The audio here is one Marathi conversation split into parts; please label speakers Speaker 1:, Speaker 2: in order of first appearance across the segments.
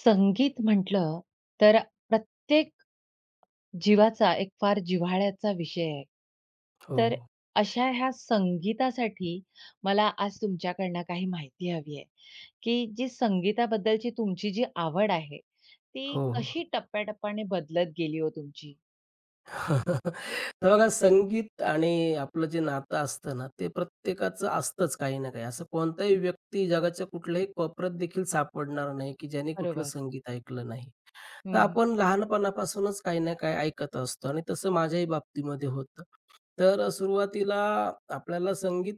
Speaker 1: संगीत म्हटलं तर प्रत्येक जीवाचा एक फार जिव्हाळ्याचा विषय आहे.
Speaker 2: हो,
Speaker 1: तर अशा ह्या संगीतासाठी मला आज तुमच्याकडनं काही माहिती हवी आहे, की जी संगीताबद्दलची तुमची जी आवड आहे, ती
Speaker 2: हो, हो.
Speaker 1: कशी टप्प्याटप्प्याने बदलत गेली हो तुमची?
Speaker 2: तर बघा संगीत आणि आपलं जे नातं असतं ना, ते प्रत्येकाचं असतंच काही ना काही. असं कोणताही व्यक्ती जगाच्या कुठल्याही कोपऱ्यात देखील सापडणार नाही, की ज्याने कुठलं
Speaker 1: बरोबर.
Speaker 2: संगीत ऐकलं नाही. तर
Speaker 1: हं, हं.
Speaker 2: आपण लहानपणापासूनच काही ना काही ऐकत असतो आणि तसं माझ्याही बाबतीमध्ये होतं. तर सुरुवातीला आपल्याला संगीत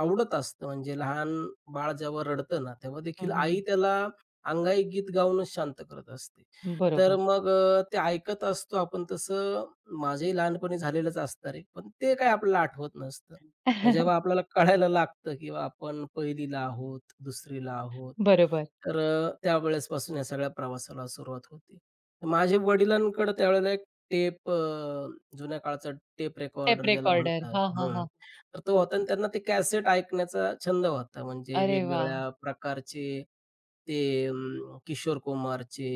Speaker 2: आवडत असतं म्हणजे लहान बाळ जेव्हा रडतं ना, तेव्हा
Speaker 1: हं,
Speaker 2: देखील आई
Speaker 1: हं,
Speaker 2: त्याला अंगाई गीत गाऊनच शांत करत असते. तर
Speaker 1: बरोबर.
Speaker 2: मग ते ऐकत असतो आपण तसं माझ्याही लहानपणी झालेलंच असणार आहे. पण ते काही आपल्याला आठवत नसतं. मग जेव्हा आपल्याला कळायला लागतं, किंवा आपण 1ली आहोत, 2री आहोत
Speaker 1: बरोबर.
Speaker 2: तर त्यावेळेसपासून या सगळ्या प्रवासाला सुरुवात होती. माझे वडिलांकडे त्यावेळेला एक टेप जुन्या काळचा टेप
Speaker 1: टेप
Speaker 2: रेकॉर्डर ज्याला
Speaker 1: रेकॉर्डर.
Speaker 2: म्हणतात
Speaker 1: हां, हां,
Speaker 2: हं.
Speaker 1: हां.
Speaker 2: तर तो होता आणि त्यांना ते कॅसेट ऐकण्याचा छंद होता. म्हणजे
Speaker 1: अरे वाह!
Speaker 2: वेगवेगळ्या प्रकारचे ते किशोर कुमारचे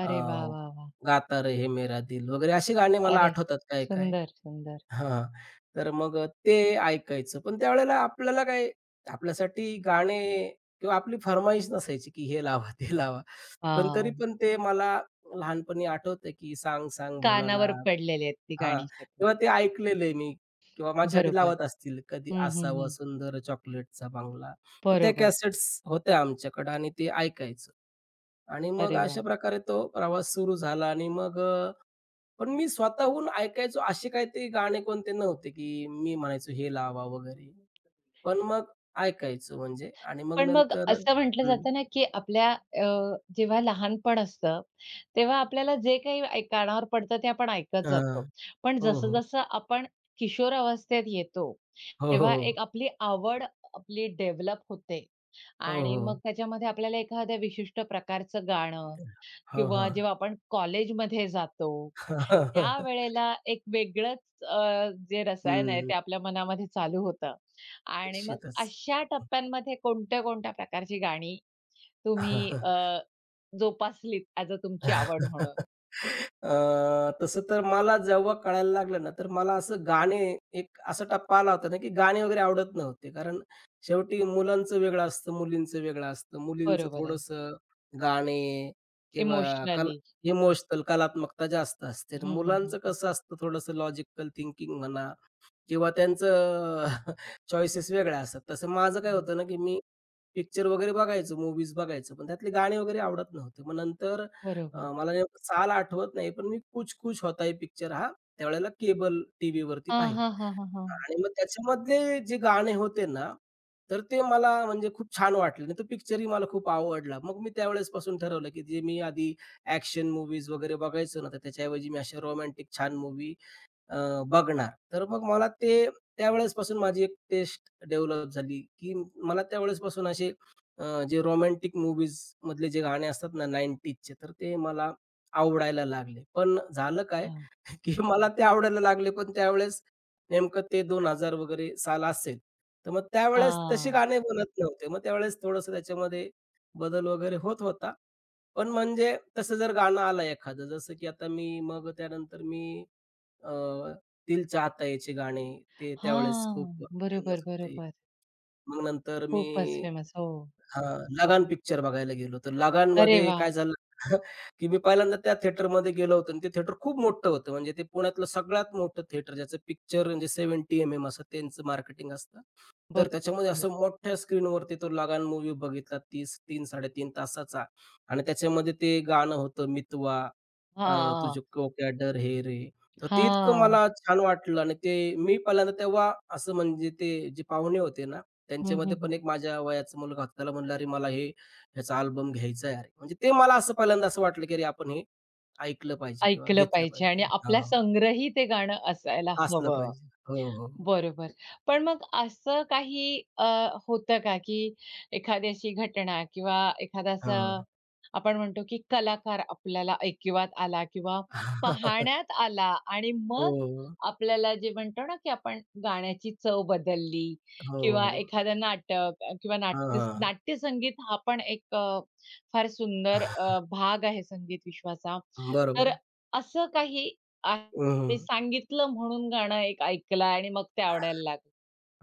Speaker 2: अ,
Speaker 1: अरे वाह, वाह, वाह!
Speaker 2: गाता रे हे मेरा दिल वगैरे असे गाणे मला
Speaker 1: अरे,
Speaker 2: आठवतात काही-काही.
Speaker 1: सुंदर, सुंदर.
Speaker 2: हां. तर मग ते ऐकायचं. पण त्यावेळेला आपल्याला काय आपल्यासाठी गाणे किंवा आपली फर्माईश नसायची, की हे लावा, ते लावा. पण तरी
Speaker 1: हां.
Speaker 2: पण ते मला लहानपणी आठवतंय, की "सांग सांग
Speaker 1: कानावर
Speaker 2: भोलानाथ"
Speaker 1: पडलेली आहेत ती
Speaker 2: हां.
Speaker 1: गाणी सगळी.
Speaker 2: किंवा ते ऐकलेलं आहे मी किंवा माझ्यासाठी
Speaker 1: बरोबर.
Speaker 2: लावत असतील. कधी
Speaker 1: हं, हं,
Speaker 2: "असावा
Speaker 1: हं.
Speaker 2: सुंदर चॉकलेटचा बंगला." तर त्या
Speaker 1: बरोबर.
Speaker 2: कॅसेट्स होत्या आमच्याकडे आणि ते ऐकायचं आणि मग
Speaker 1: अरे वाह!
Speaker 2: अशा प्रकारे तो प्रवास सुरू झाला आणि मग पण मी स्वतःहून ऐकायचो असे काही ते गाणे कोणते नव्हते, की मी म्हणायचो हे लावा वगैरे. पण मग ऐकायचो म्हणजे आणि मग
Speaker 1: पण मग
Speaker 2: नंतर
Speaker 1: असं म्हटलं
Speaker 2: हं.
Speaker 1: जातं ना, की आपल्या जेव्हा लहानपण असतं, तेव्हा आपल्याला जे काही कानावर पडतं ते आपण ऐकत
Speaker 2: हां.
Speaker 1: जातो. पण
Speaker 2: हो, हो.
Speaker 1: जसं-जसं आपण किशोर अवस्थेत येतो,
Speaker 2: हो,
Speaker 1: तेव्हा
Speaker 2: हो.
Speaker 1: एक आपली आवड आपली डेव्हलप होते
Speaker 2: हो,
Speaker 1: आणि मग
Speaker 2: हो.
Speaker 1: त्याच्यामध्ये आपल्याला एखाद्या विशिष्ट प्रकारचं गाणं
Speaker 2: हो,
Speaker 1: किंवा
Speaker 2: हां.
Speaker 1: जेव्हा आपण कॉलेजमध्ये जातो त्यावेळेला एक वेगळंच जे रसायन आहे
Speaker 2: हं.
Speaker 1: ते आपल्या मनामध्ये चालू होतं आणि मग
Speaker 2: निश्चितच.
Speaker 1: अशा टप्प्यांमध्ये कोणत्या-कोणत्या प्रकारची गाणी तुम्ही अ, जोपासलीत ॲज अ तुमची आवड म्हणून?
Speaker 2: अ, तसं तर मला जेव्हा कळायला लागलं ना, तर मला असं गाणे एक असा टप्पा आला होता ना, की गाणे वगैरे आवडत नव्हते. कारण शेवटी मुलांचं वेगळं असतं, मुलींचं वेगळं असतं. मुलींचं
Speaker 1: बरोबर आहे.
Speaker 2: थोडंसं गाणे किंवा कला
Speaker 1: इमोशनली.
Speaker 2: इमोशनल कलात्मकता जास्त असते. तर
Speaker 1: हं, हं, हं,
Speaker 2: मुलांचं
Speaker 1: हं.
Speaker 2: कसं असतं थोडंसं लॉजिकल थिंकिंग म्हणा किंवा त्यांचं चॉईसेस वेगळ्या असतात. तसं माझं काय
Speaker 1: हं,
Speaker 2: होतं ना, की मी पिक्चर वगैरे बघायचो, मूव्हीज बघायचो, पण त्यातले गाणे वगैरे आवडत नव्हते. मग नंतर
Speaker 1: बरोबर.
Speaker 2: मला नेमकं साल आठवत नाही, पण मी कुछ कुछ होता है पिक्चर हा त्यावेळेला केबल टीव्ही वरती
Speaker 1: हां,
Speaker 2: पाहिला
Speaker 1: हां, हां, हां, हां.
Speaker 2: आणि मग त्याच्यामधले जे गाणे होते ना, तर ते मला म्हणजे खूप छान वाटले आणि तो पिक्चरही मला खूप आवडला. मग मी त्यावेळेसपासून ठरवलं, की जे मी आधी ॲक्शन मूव्हीज वगैरे बघायचो ना, तर त्याच्याऐवजी मी अशा रोमॅन्टिक छान मूव्ही अ, बघणार. तर मग मला ते त्यावेळेसपासून माझी एक टेस्ट डेव्हलप झाली, की मला त्यावेळेसपासून असे जे रोमॅन्टिक मूव्हीजमधले जे गाणे असतात ना 90ज तर ते मला आवडायला लागले. पण झालं काय,
Speaker 1: हां.
Speaker 2: की मला ते आवडायला लागले, पण त्यावेळेस नेमकं ते 2000 वगैरे साल असेल. तर मग त्यावेळेस तसे
Speaker 1: हां.
Speaker 2: गाणे बनत नव्हते. मग त्यावेळेस थोडंसं त्याच्यामध्ये बदल वगैरे होत होता. पण म्हणजे तसं जर गाणं आलं एखादं, जसं की आता मी मग त्यानंतर मी अ, दिल चाहता याचे गाणे ते त्यावेळेस खूप
Speaker 1: हां. बरोबर,
Speaker 2: फेमस होते.
Speaker 1: बरोबर.
Speaker 2: मग नंतर मी
Speaker 1: खूपच फेमस. हो.
Speaker 2: हां, लगान पिक्चर बघायला गेलो. तर
Speaker 1: अरे
Speaker 2: लगानमध्ये
Speaker 1: वाह!
Speaker 2: काय झालं की मी पहिल्यांदा त्या थिएटरमध्ये गेलो होतो आणि ते थिएटर खूप मोठं होतं. म्हणजे ते पुण्यातलं सगळ्यात मोठं थिएटर ज्याचं पिक्चर म्हणजे 70 एम-एम असं त्यांचं मार्केटिंग असतं. तर
Speaker 1: बरोबर,
Speaker 2: त्याच्यामध्ये
Speaker 1: बरोबर.
Speaker 2: असं मोठ्या स्क्रीनवरती तो लगान मूव्ही बघितला 30 3-3.5 तासाचा आणि त्याच्यामध्ये ते गाणं होतं मितवा अ,
Speaker 1: हां.
Speaker 2: तुझको क्या डर है रे. तर ते इतकं
Speaker 1: हां.
Speaker 2: मला छान वाटलं आणि ते मी पहिल्यांदा तेव्हा असं म्हणजे ते जे पाहुणे होते ना,
Speaker 1: हं, हं,
Speaker 2: त्यांच्यामध्ये
Speaker 1: हं.
Speaker 2: पण एक माझ्या वयाचा मुलगा होता. त्याला म्हणलं, "अरे मला हे ह्याचा अल्बम घ्यायचा आहे अरे." म्हणजे ते मला असं पहिल्यांदा असं वाटलं, की अरे आपण हे ऐकलं पाहिजे किंवा
Speaker 1: ऐकलं
Speaker 2: घेतलं
Speaker 1: पाहिजे आणि
Speaker 2: पाहिजे.
Speaker 1: आपल्या
Speaker 2: हां,
Speaker 1: संग्रही ते गाणं असायला
Speaker 2: असलं
Speaker 1: हवं.
Speaker 2: पाहिजे. हो, हो, हो.
Speaker 1: बरोबर. पण मग असं काही होतं का, की एखादी अशी घटना किंवा एखादा असा
Speaker 2: हां.
Speaker 1: आपण म्हणतो, की कलाकार आपल्याला ऐकिवात आला किंवा पाहण्यात आला आणि मग
Speaker 2: हो,
Speaker 1: आपल्याला जे म्हणतो ना, की आपण गाण्याची चव बदलली
Speaker 2: हो,
Speaker 1: किंवा
Speaker 2: हो.
Speaker 1: एखादं नाटक किंवा
Speaker 2: हां,
Speaker 1: नाट्य
Speaker 2: हां.
Speaker 1: नाट्यसंगीत हा पण एक फार सुंदर भाग आहे संगीत विश्वाचा.
Speaker 2: बरोबर
Speaker 1: तर
Speaker 2: आहे.
Speaker 1: असं काही
Speaker 2: हं,
Speaker 1: मी
Speaker 2: हं.
Speaker 1: सांगितलं म्हणून गाणं एक ऐकलं आणि मग ते आवडायला लागलं.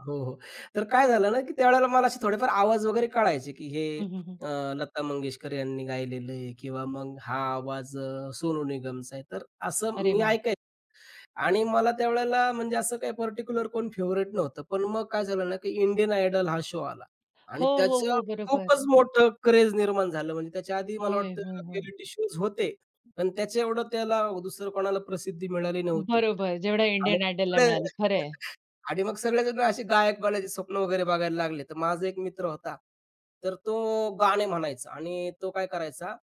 Speaker 2: हो, हो. तर काय झालं ना, की त्यावेळेला मला असे थोडेफार आवाज वगैरे कळायचे, की हे
Speaker 1: हं, हं, हं.
Speaker 2: अ, लता मंगेशकर यांनी गायलेलं आहे किंवा मग हा आवाज सोनू निगमचा आहे. तर असं
Speaker 1: अरे
Speaker 2: मी
Speaker 1: वाह!
Speaker 2: ऐकायचो. आणि मला त्यावेळेला म्हणजे असं काही पर्टिक्युलर कोण फेव्हरेट नव्हतं. पण मग काय झालं ना, की इंडियन आयडल हा शो आला
Speaker 1: हो,
Speaker 2: आणि
Speaker 1: हो, हो.
Speaker 2: त्याचं
Speaker 1: बरोबर.
Speaker 2: खूपच मोठं क्रेज निर्माण झालं. म्हणजे त्याच्या आधी मला
Speaker 1: होय,
Speaker 2: वाटतं
Speaker 1: होय, होय.
Speaker 2: रिएलिटी शोज होते, पण त्याच्या एवढं त्याला दुसरं कोणाला प्रसिद्धी मिळाली नव्हती
Speaker 1: बरोबर. जेवढ्या
Speaker 2: आणि
Speaker 1: इंडियन आयडलला
Speaker 2: सगळे
Speaker 1: मिळाली. खरं
Speaker 2: आणि मग सगळेजण असे गायक बनायचे स्वप्न वगैरे बघायला लागले. तर माझा एक मित्र होता. तर तो गाणे म्हणायचा आणि तो काय करायचा,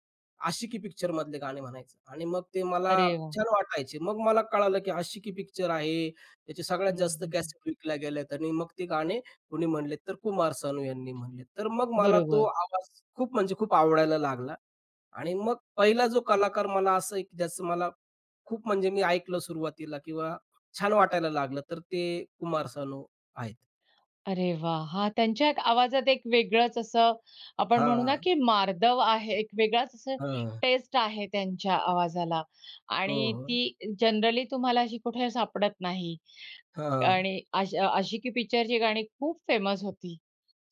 Speaker 2: आशिकी पिक्चर मधले गाणे म्हणायचा आणि मग ते मला
Speaker 1: अरे वाह!
Speaker 2: छान वाटायचे. मग मला कळालं, की आशिकी पिक्चर आहे. त्याचे सगळ्यात
Speaker 1: हं,
Speaker 2: जास्त
Speaker 1: हं, हं.
Speaker 2: कॅसेट विकल्या गेल्यात आणि मग ते गाणे कोणी म्हणलेत तर कुमार सानू यांनी म्हणलेत. तर मग मला तो
Speaker 1: बरोबर.
Speaker 2: आवाज खूप म्हणजे खूप आवडायला लागला आणि मग पहिला जो कलाकार मला असं आहे, की ज्याचं मला खूप म्हणजे मी ऐकलं सुरुवातीला किंवा छान वाटायला लागलं, तर ते कुमार सानू आहेत.
Speaker 1: अरे वाह! हां, त्यांच्या एक आवाजात एक वेगळंच असं आपण म्हणू ना,
Speaker 2: हां,
Speaker 1: की मार्दव आहे. एक वेगळाच असं
Speaker 2: हां.
Speaker 1: टेस्ट आहे त्यांच्या आवाजाला
Speaker 2: हो,
Speaker 1: आणि
Speaker 2: हो.
Speaker 1: ती जनरली तुम्हाला अशी कुठे सापडत नाही.
Speaker 2: हां.
Speaker 1: आणि आशिकी पिक्चरची गाणी खूप फेमस होती.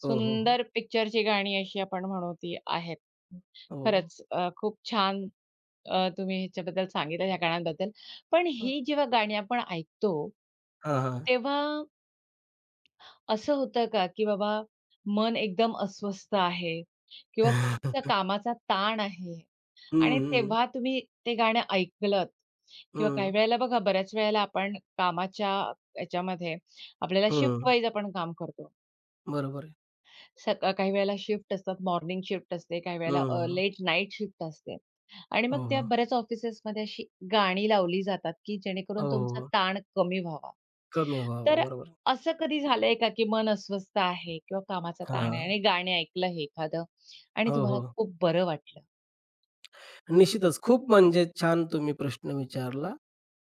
Speaker 2: हो, हो, हो.
Speaker 1: सुंदर पिक्चरची गाणी अशी आपण म्हणू ती आहेत.
Speaker 2: हो.
Speaker 1: खरंच खूप छान तुम्ही ह्याच्याबद्दल सांगितलं ह्या गाण्यांबद्दल. पण ही जेव्हा गाणी आपण ऐकतो,
Speaker 2: हां, हां.
Speaker 1: तेव्हा असं होतं का, की बाबा मन एकदम अस्वस्थ आहे किंवा खूपसा कामाचा ताण आहे
Speaker 2: हं,
Speaker 1: आणि
Speaker 2: हं,
Speaker 1: तेव्हा तुम्ही ते गाणं ऐकलत किंवा काही
Speaker 2: हं.
Speaker 1: वेळेला बघा, बऱ्याच वेळेला आपण कामाच्या याच्यामध्ये आपल्याला शिफ्ट
Speaker 2: हं.
Speaker 1: वाईज आपण काम करतो.
Speaker 2: बरोबर आहे.
Speaker 1: काही वेळेला शिफ्ट असतात, मॉर्निंग शिफ्ट असते, काही वेळेला
Speaker 2: हं.
Speaker 1: लेट नाईट शिफ्ट असते. आणि मग
Speaker 2: हो,
Speaker 1: त्या
Speaker 2: हो.
Speaker 1: बऱ्याच ऑफिसेसमध्ये अशी गाणी लावली जातात, की
Speaker 2: हो,
Speaker 1: जेणेकरून
Speaker 2: हो.
Speaker 1: तुमचा
Speaker 2: हो,
Speaker 1: ताण कमी व्हावा.
Speaker 2: कमी व्हावं.
Speaker 1: तर
Speaker 2: बरोबर.
Speaker 1: असं कधी झालंय का, की मन अस्वस्थ आहे किंवा कामाचा ताण आहे
Speaker 2: हां.
Speaker 1: आणि गाणे ऐकलं हे एखादं आणि
Speaker 2: हो,
Speaker 1: तुम्हाला
Speaker 2: हो.
Speaker 1: खूप बरं वाटलं?
Speaker 2: निश्चितच. खूप म्हणजे छान तुम्ही प्रश्न विचारला.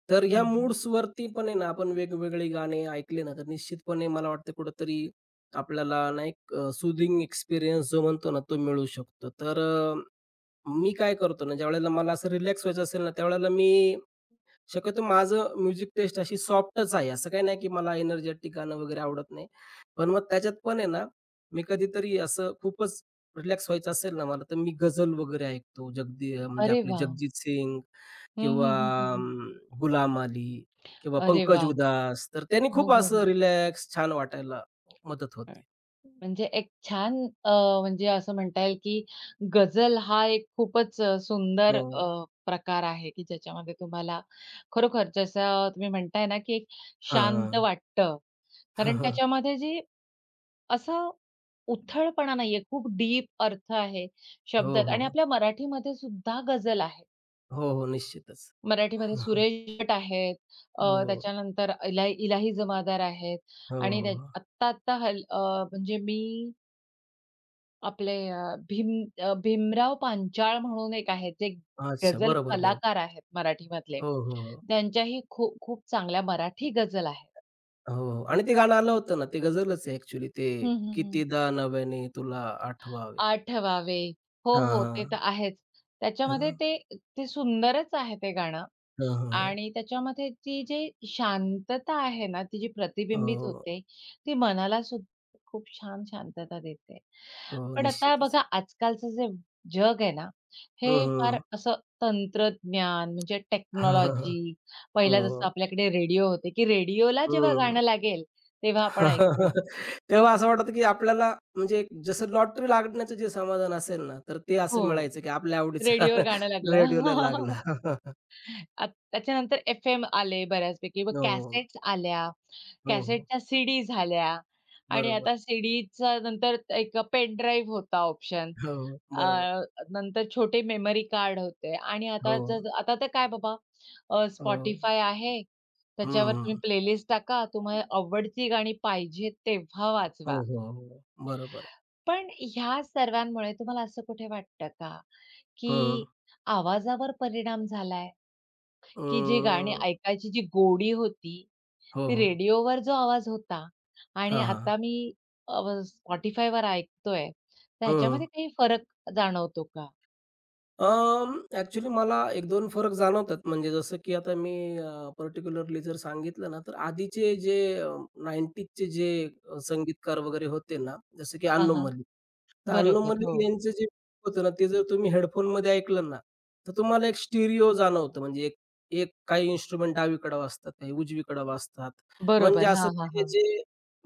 Speaker 2: तर ह्या
Speaker 1: हं,
Speaker 2: मूड्सवरती पण आहे ना, आपण वेगवेगळी गाणी ऐकली ना, तर निश्चितपणे मला वाटतं कुठेतरी आपल्याला ना, एक एक्सपिरियन्स जो म्हणतो ना, तो मिळू शकतो. तर मी काय करतो ना, ज्यावेळेला मला असं रिलॅक्स व्हायचं असेल ना, त्यावेळेला मी शक्यतो माझं म्युझिक टेस्ट अशी सॉफ्टच आहे. असं काही नाही, की मला एनर्जेटिक गाणं वगैरे आवडत नाही. पण मग त्याच्यात पण आहे ना, मी कधीतरी असं खूपच रिलॅक्स व्हायचं असेल ना मला, तर मी गझल वगैरे ऐकतो. जगदी म्हणजे
Speaker 1: अरे
Speaker 2: आपले
Speaker 1: वाह!
Speaker 2: जगजीत सिंग
Speaker 1: हं,
Speaker 2: किंवा
Speaker 1: हं, हं, हं,
Speaker 2: अं,
Speaker 1: हं.
Speaker 2: गुलाम अली किंवा
Speaker 1: अरे
Speaker 2: पंकज
Speaker 1: वाह!
Speaker 2: उधास. तर त्यांनी
Speaker 1: हो,
Speaker 2: खूप
Speaker 1: हो,
Speaker 2: असं
Speaker 1: हो.
Speaker 2: रिलॅक्स छान वाटायला मदत
Speaker 1: हं.
Speaker 2: होते.
Speaker 1: म्हणजे एक छान अ, म्हणजे असं म्हणता येईल, की गझल हा एक खूपच सुंदर
Speaker 2: हो.
Speaker 1: प्रकार आहे, की ज्याच्यामध्ये तुम्हाला खरोखर जसं तुम्ही म्हणताय ना, की एक शांत
Speaker 2: हां.
Speaker 1: वाटतं. कारण त्याच्यामध्ये जे असं उथळपणा नाहीये, खूप डीप अर्थ आहे
Speaker 2: हो,
Speaker 1: शब्दात आणि
Speaker 2: हो.
Speaker 1: आपल्या मराठीमध्ये सुद्धा गझल आहे.
Speaker 2: हो, हो. निश्चितच.
Speaker 1: मराठीमध्ये सुरेश भट आहेत.
Speaker 2: हो, हो.
Speaker 1: त्याच्यानंतर इलाही इलाही जमादार आहेत
Speaker 2: हो,
Speaker 1: आणि त्या
Speaker 2: हो.
Speaker 1: आत्ता-आत्ता म्हणजे मी आपले भीमराव पांचाळ म्हणून एक आहेत, जे
Speaker 2: अच्छा.
Speaker 1: गझल
Speaker 2: बरोबर,
Speaker 1: कलाकार
Speaker 2: बरोबर.
Speaker 1: आहेत मराठीमधले.
Speaker 2: हो, हो, हो.
Speaker 1: त्यांच्याही खूप खूप चांगल्या मराठी गझल आहेत.
Speaker 2: हो. आणि ते गाणं आलं होतं ना, ते गझलच आहे ॲक्चुअली ते
Speaker 1: हं, हं, हं.
Speaker 2: कितीदा नव्याने तुला आठवावे.
Speaker 1: आठवावे. हो,
Speaker 2: हां,
Speaker 1: हो. ते तर
Speaker 2: हां.
Speaker 1: आहेच. त्याच्यामध्ये
Speaker 2: हां,
Speaker 1: ते ते सुंदरच आहे ते गाणं.
Speaker 2: हां, हां.
Speaker 1: आणि त्याच्यामध्ये ती जी शांतता आहे ना, ती जी प्रतिबिंबित
Speaker 2: हो,
Speaker 1: होते, ती मनाला सुद्धा खूप छान शांतता देते.
Speaker 2: हो.
Speaker 1: पण आता
Speaker 2: निश्चितच.
Speaker 1: बघा आजकालचं जे जग आहे ना,
Speaker 2: हं,
Speaker 1: हे फार
Speaker 2: हं.
Speaker 1: असं तंत्रज्ञान म्हणजे टेक्नॉलॉजी पहिला जसं
Speaker 2: हो.
Speaker 1: आपल्याकडे रेडिओ होते, की रेडिओला जेव्हा
Speaker 2: हं.
Speaker 1: गाणं लागेल, तेव्हा आपण ऐकू.
Speaker 2: तेव्हा असं वाटतं, की आपल्याला म्हणजे एक जसं लॉटरी लागण्याचं जे समाधान असेल ना, तर ते असं
Speaker 1: हो,
Speaker 2: मिळायचं, की आपल्या आवडीचा
Speaker 1: रेडिओवर गाणं
Speaker 2: गाणं
Speaker 1: लागलं.
Speaker 2: रेडिओला लागलं.
Speaker 1: अ, त्याच्यानंतर एफ-एम आले बऱ्याचपैकी. मग
Speaker 2: हो,
Speaker 1: कॅसेट्स आल्या,
Speaker 2: हो, हो.
Speaker 1: कॅसेटच्या सीडी झाल्या आणि
Speaker 2: बरोबर
Speaker 1: आता
Speaker 2: आहे.
Speaker 1: सीडीच्या नंतर एक पेन ड्राईव्ह होता ऑप्शन.
Speaker 2: हो,
Speaker 1: अ,
Speaker 2: बरोबर आहे.
Speaker 1: नंतर छोटे मेमरी कार्ड होते आणि आता
Speaker 2: हो,
Speaker 1: तर आता तर काय बाबा अ,
Speaker 2: हो.
Speaker 1: आहे.
Speaker 2: हं,
Speaker 1: त्याच्यावर
Speaker 2: हं.
Speaker 1: तुम्ही प्लेलिस्ट टाका. तुम्हाला आवडती गाणी पाहिजे तेव्हा
Speaker 2: हो,
Speaker 1: वाजवा.
Speaker 2: हो, हो. बरोबर आहे.
Speaker 1: पण ह्या सर्वांमुळे तुम्हाला असं कुठे वाटतं का, की
Speaker 2: हं.
Speaker 1: आवाजावर परिणाम झालाय? की जी गाणी
Speaker 2: हो,
Speaker 1: ऐकायची जी गोडी होती,
Speaker 2: हो,
Speaker 1: ती
Speaker 2: हो.
Speaker 1: रेडिओवर जो आवाज होता आणि
Speaker 2: हां, हां.
Speaker 1: आता मी अ, Spotifyवर ऐकतोय, तर
Speaker 2: हो,
Speaker 1: ह्याच्यामध्ये
Speaker 2: हो.
Speaker 1: काही फरक जाणवतो का?
Speaker 2: अं, ॲक्चुअली मला 1-2 फरक जाणवतात. म्हणजे जसं की आता मी पर्टिक्युलरली जर सांगितलं ना, तर आधीचे जे संगीतकार वगैरे होते ना, जसं की
Speaker 1: हां,
Speaker 2: अन्नू
Speaker 1: हां.
Speaker 2: मलिक. तर अन्नू
Speaker 1: बरोबर.
Speaker 2: मलिक
Speaker 1: हो.
Speaker 2: यांचं जे होतं ना, ते जर तुम्ही हेडफोनमध्ये ऐकलं ना, तर तुम्हाला एक स्टिरिओ जाणवतं. म्हणजे एक एक काही इन्स्ट्रुमेंट डावीकडं वाजतात, काही उजवीकडं वाजतात. म्हणजे
Speaker 1: बरोबर.
Speaker 2: असं
Speaker 1: हां, हां,
Speaker 2: ते
Speaker 1: हां.
Speaker 2: जे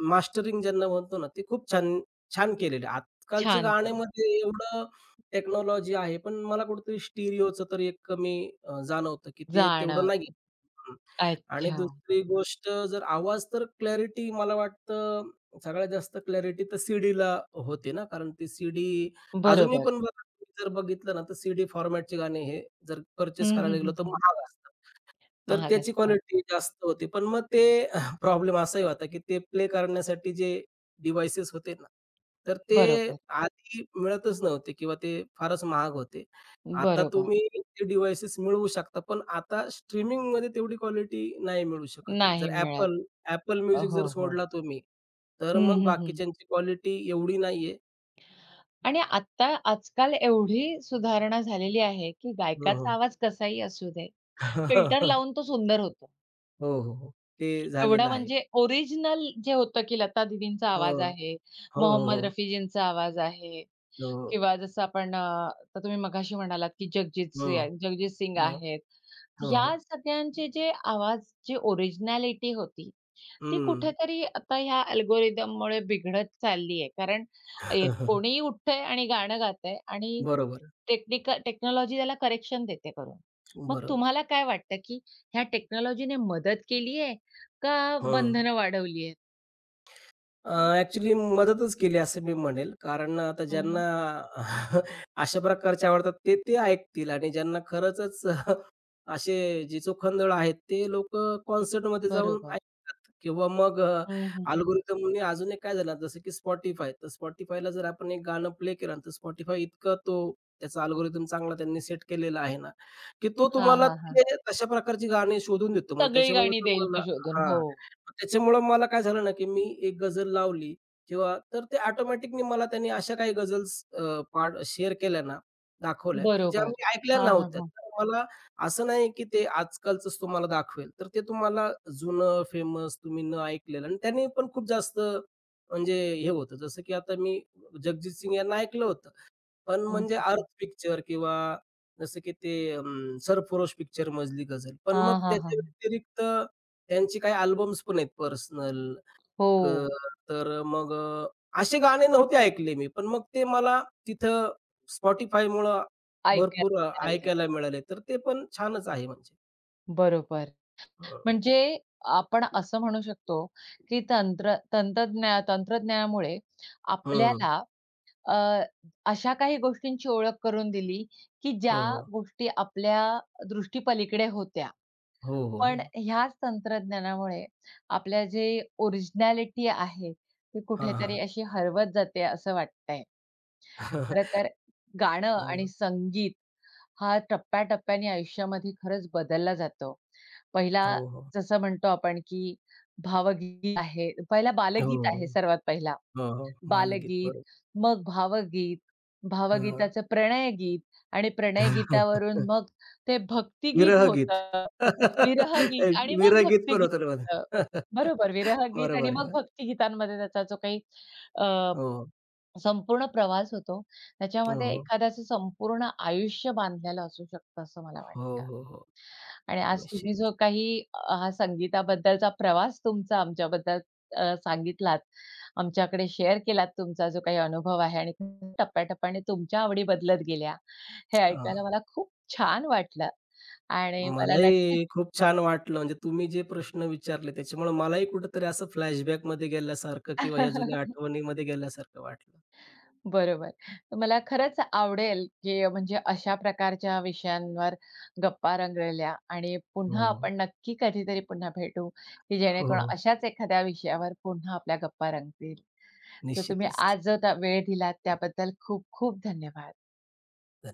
Speaker 2: मास्टरिंग ज्यांना म्हणतो ना, ते खूप छान छान केलेलं आहे.
Speaker 1: छान केलं.
Speaker 2: गाण्यामध्ये एवढं टेक्नॉलॉजी आहे, पण मला कुठेतरी स्टिरिओचं तरी एक कमी जाणवतं, की ते तेवढं नाही
Speaker 1: जाणवतं.
Speaker 2: हं. आणि
Speaker 1: अच्छा.
Speaker 2: दुसरी गोष्ट जर आवाज तर क्लॅरिटी मला वाटतं सगळ्यात जास्त क्लॅरिटी तर सीडीला होते ना, कारण ती सीडी अजूनही
Speaker 1: बरोबर.
Speaker 2: पण बघा तुम्ही जर बघितलं ना, तर सीडी फॉर्मॅटचे गाणे हे जर
Speaker 1: हं,
Speaker 2: पर्चेस करायला
Speaker 1: हं,
Speaker 2: गेलो
Speaker 1: हं,
Speaker 2: तर
Speaker 1: हं. हं.
Speaker 2: महाग असतात. तर
Speaker 1: महाग
Speaker 2: त्याची
Speaker 1: असतात.
Speaker 2: क्वालिटी जास्त होती. पण मग ते प्रॉब्लेम असाही होता, की ते प्ले करण्यासाठी जे डिव्हाइसेस होते ना, तर ते
Speaker 1: बरोबर.
Speaker 2: आधी मिळतच नव्हते किंवा ते फारच महाग होते. आता
Speaker 1: बरोबर.
Speaker 2: तुम्ही ते डिव्हाइसेस मिळवू शकता, पण आता स्ट्रीमिंगमध्ये तेवढी क्वालिटी नाही मिळू शकत आहे.
Speaker 1: नाही
Speaker 2: जर
Speaker 1: मिळत.
Speaker 2: Apple म्युझिक
Speaker 1: हो,
Speaker 2: जर
Speaker 1: हो.
Speaker 2: सोडला तुम्ही,
Speaker 1: हं,
Speaker 2: तर मग
Speaker 1: हं, हं.
Speaker 2: बाकीच्यांची क्वालिटी एवढी नाहीये.
Speaker 1: आणि आता आजकाल एवढी सुधारणा झालेली आहे, की
Speaker 2: हं,
Speaker 1: गायकाचा
Speaker 2: हं.
Speaker 1: आवाज कसाही असू दे फिल्टर लावून तो सुंदर होतो.
Speaker 2: हो, हो, हो. ते
Speaker 1: एवढा
Speaker 2: झालेलं आहे.
Speaker 1: म्हणजे ओरिजिनल जे होतं, की लता दीदींचा
Speaker 2: हो,
Speaker 1: आवाज
Speaker 2: हो,
Speaker 1: आहे,
Speaker 2: हो, हो,
Speaker 1: मोहम्मद
Speaker 2: हो.
Speaker 1: रफीजींचा आवाज आहे
Speaker 2: हं,
Speaker 1: किंवा जसं आपण आता तुम्ही मघाशी म्हणालात, की जगजीत सिंग
Speaker 2: हो,
Speaker 1: आहेत.
Speaker 2: हो.
Speaker 1: ह्या सगळ्यांचे जे आवाज, जी ओरिजिनॅलिटी होती ती
Speaker 2: हं.
Speaker 1: कुठेतरी आता ह्या अल्गोरिदममुळे बिघडत चालली आहे. कारण कोणीही उठतंय आणि गाणं गातंय आणि
Speaker 2: बरोबर,
Speaker 1: टेक्नॉलॉजी त्याला करेक्शन देते करून. मग
Speaker 2: बरोबर.
Speaker 1: तुम्हाला काय वाटतं, की ह्या टेक्नॉलॉजीने मदत केली आहे का
Speaker 2: हं.
Speaker 1: बंधनं वाढवली आहेत?
Speaker 2: अ, ॲक्चुअली मदतच केली असं मी म्हणेल. कारण आता
Speaker 1: हं,
Speaker 2: ज्यांना
Speaker 1: हं.
Speaker 2: अशा प्रकारचे आवडतात ते, ते ऐकतील आणि ज्यांना खरंचच असे जे चोखंदळ आहेत ते लोकं कॉन्सर्टमध्ये जाऊन
Speaker 1: बरोबर.
Speaker 2: ऐकतात किंवा मग
Speaker 1: हं, हं, हं.
Speaker 2: अजून एक काय झालं जसं की Spotify. तर Spotifyला जर आपण एक गाणं प्ले केलं ना, तर Spotify इतकं तो त्याचा अल्गोरिथम चांगला त्यांनी सेट केलेला आहे ना, की तो
Speaker 1: हां,
Speaker 2: तुम्हाला
Speaker 1: हां, हां.
Speaker 2: ते तशा प्रकारची गाणी शोधून देतो. मग
Speaker 1: सगळी
Speaker 2: त्याच्यामुळे
Speaker 1: गाणी देईल
Speaker 2: तुम्हाला
Speaker 1: तो शोधून.
Speaker 2: हां.
Speaker 1: हो,
Speaker 2: मग त्याच्यामुळं मला काय झालं ना, की मी एक गझल लावली किंवा तर ते ऑटोमॅटिकली मला त्यांनी अशा काही गझल्स पार्ट शेअर केल्या ना, दाखवल्या, की ज्या
Speaker 1: बरोबर.
Speaker 2: मी ऐकल्या
Speaker 1: हां, हां,
Speaker 2: नव्हत्या.
Speaker 1: हां.
Speaker 2: तर मला असं नाही की ते आजकालचंच तुम्हाला दाखवेल, तर ते तुम्हाला जुनं फेमस तुम्ही न ऐकलेलं आणि त्याने पण खूप जास्त म्हणजे हे होतं. जसं की आता मी जगजीत सिंग यांना ऐकलं होतं. पण
Speaker 1: हं,
Speaker 2: म्हणजे
Speaker 1: हं, हं.
Speaker 2: अर्थ पिक्चर किंवा जसं की ते सरफरोश पिक्चर मजली गझल. पण मग
Speaker 1: हां, हां,
Speaker 2: त्याच्या
Speaker 1: हां.
Speaker 2: व्यतिरिक्त त्यांचे काही अल्बम्स पण आहेत पर्सनल
Speaker 1: हो,
Speaker 2: अ, तर असे गाणे नव्हते ऐकले मी. पण मग ते मला तिथं Spotifyमुळं
Speaker 1: ऐकायला
Speaker 2: भरपूर
Speaker 1: मिळाले.
Speaker 2: ऐकायला मिळाले. तर ते पण छानच आहे म्हणजे.
Speaker 1: बरोबर.
Speaker 2: हं,
Speaker 1: म्हणजे आपण असं म्हणू शकतो, की तंत्रज्ञानामुळे
Speaker 2: हं.
Speaker 1: आपल्याला अ, अशा काही गोष्टींची ओळख करून दिली, की ज्या
Speaker 2: हो, हो.
Speaker 1: गोष्टी आपल्या दृष्टीपलीकडे होत्या.
Speaker 2: हो, हो,
Speaker 1: पण
Speaker 2: हो.
Speaker 1: ह्याच तंत्रज्ञानामुळे आपल्या जे ओरिजिनॅलिटी आहे, ती
Speaker 2: हां, हां.
Speaker 1: कुठेतरी अशी हरवत जाते असं वाटतंय. खरं तर गाणं आणि
Speaker 2: हं.
Speaker 1: संगीत हा टप्प्याटप्प्याने आयुष्यामध्ये खरंच बदलला जातो. पहिला
Speaker 2: हो, हो.
Speaker 1: जसं म्हणतो आपण, की भावगीत आहे. पहिला
Speaker 2: हो,
Speaker 1: बालगीत
Speaker 2: हो.
Speaker 1: आहे सर्वात पहिला.
Speaker 2: हो, हो. बालगीत
Speaker 1: बालगीत,
Speaker 2: बरोबर.
Speaker 1: मग भावगीत,
Speaker 2: हां.
Speaker 1: भावगीताचं प्रणयगीत आणि प्रणयगीतावरून मग ते भक्तिगीत
Speaker 2: विरहगीत.
Speaker 1: होतं, विरहगीत आणि मग
Speaker 2: विरहगीत पण
Speaker 1: भक्तिगीत
Speaker 2: होतं ना
Speaker 1: होतं.
Speaker 2: माझं.
Speaker 1: बरोबर, विरहगीत आणि
Speaker 2: बरोबर
Speaker 1: मग
Speaker 2: आहे.
Speaker 1: भक्तिगीतांमध्ये त्याचा जो काही
Speaker 2: हो.
Speaker 1: संपूर्ण प्रवास होतो.
Speaker 2: हो,
Speaker 1: त्याच्यामध्ये
Speaker 2: हो.
Speaker 1: एखाद्याचं संपूर्ण आयुष्य बांधलेलं असू शकतं असं मला
Speaker 2: हो,
Speaker 1: वाटतं.
Speaker 2: हो, हो.
Speaker 1: आणि आज
Speaker 2: निश्चित.
Speaker 1: तुम्ही जो काही हा संगीताबद्दलचा प्रवास तुमचा आमच्याबद्दल सांगितलात, आमच्याकडे शेअर केलात तुमचा जो काही अनुभव आहे आणि टप्प्याटप्प्याने तुमच्या आवडी बदलत गेल्या, हे
Speaker 2: हां.
Speaker 1: ऐकायला मला खूप छान वाटलं आणि मला नक्कीच
Speaker 2: मलाही खूप छान वाटलं. म्हणजे तुम्ही जे प्रश्न विचारले त्याच्यामुळे मलाही कुठेतरी असं फ्लॅशबॅकमध्ये गेल्यासारखं किंवा ह्या जुन्या आठवणीमध्ये गेल्यासारखं वाटलं.
Speaker 1: बरोबर. तर मला खरंच आवडेल, की म्हणजे अशा प्रकारच्या विषयांवर गप्पा रंगलेल्या आणि
Speaker 2: हो,
Speaker 1: पुन्हा
Speaker 2: हो.
Speaker 1: आपण नक्की कधीतरी पुन्हा भेटू, की
Speaker 2: हो,
Speaker 1: जेणेकरून
Speaker 2: हो.
Speaker 1: अशाच एखाद्या विषयावर पुन्हा आपल्या गप्पा रंगतील. तर तुम्ही
Speaker 2: निश्चितच.
Speaker 1: आज जो वेळ दिलात त्याबद्दल खूप खूप धन्यवाद.
Speaker 2: धन्यवाद.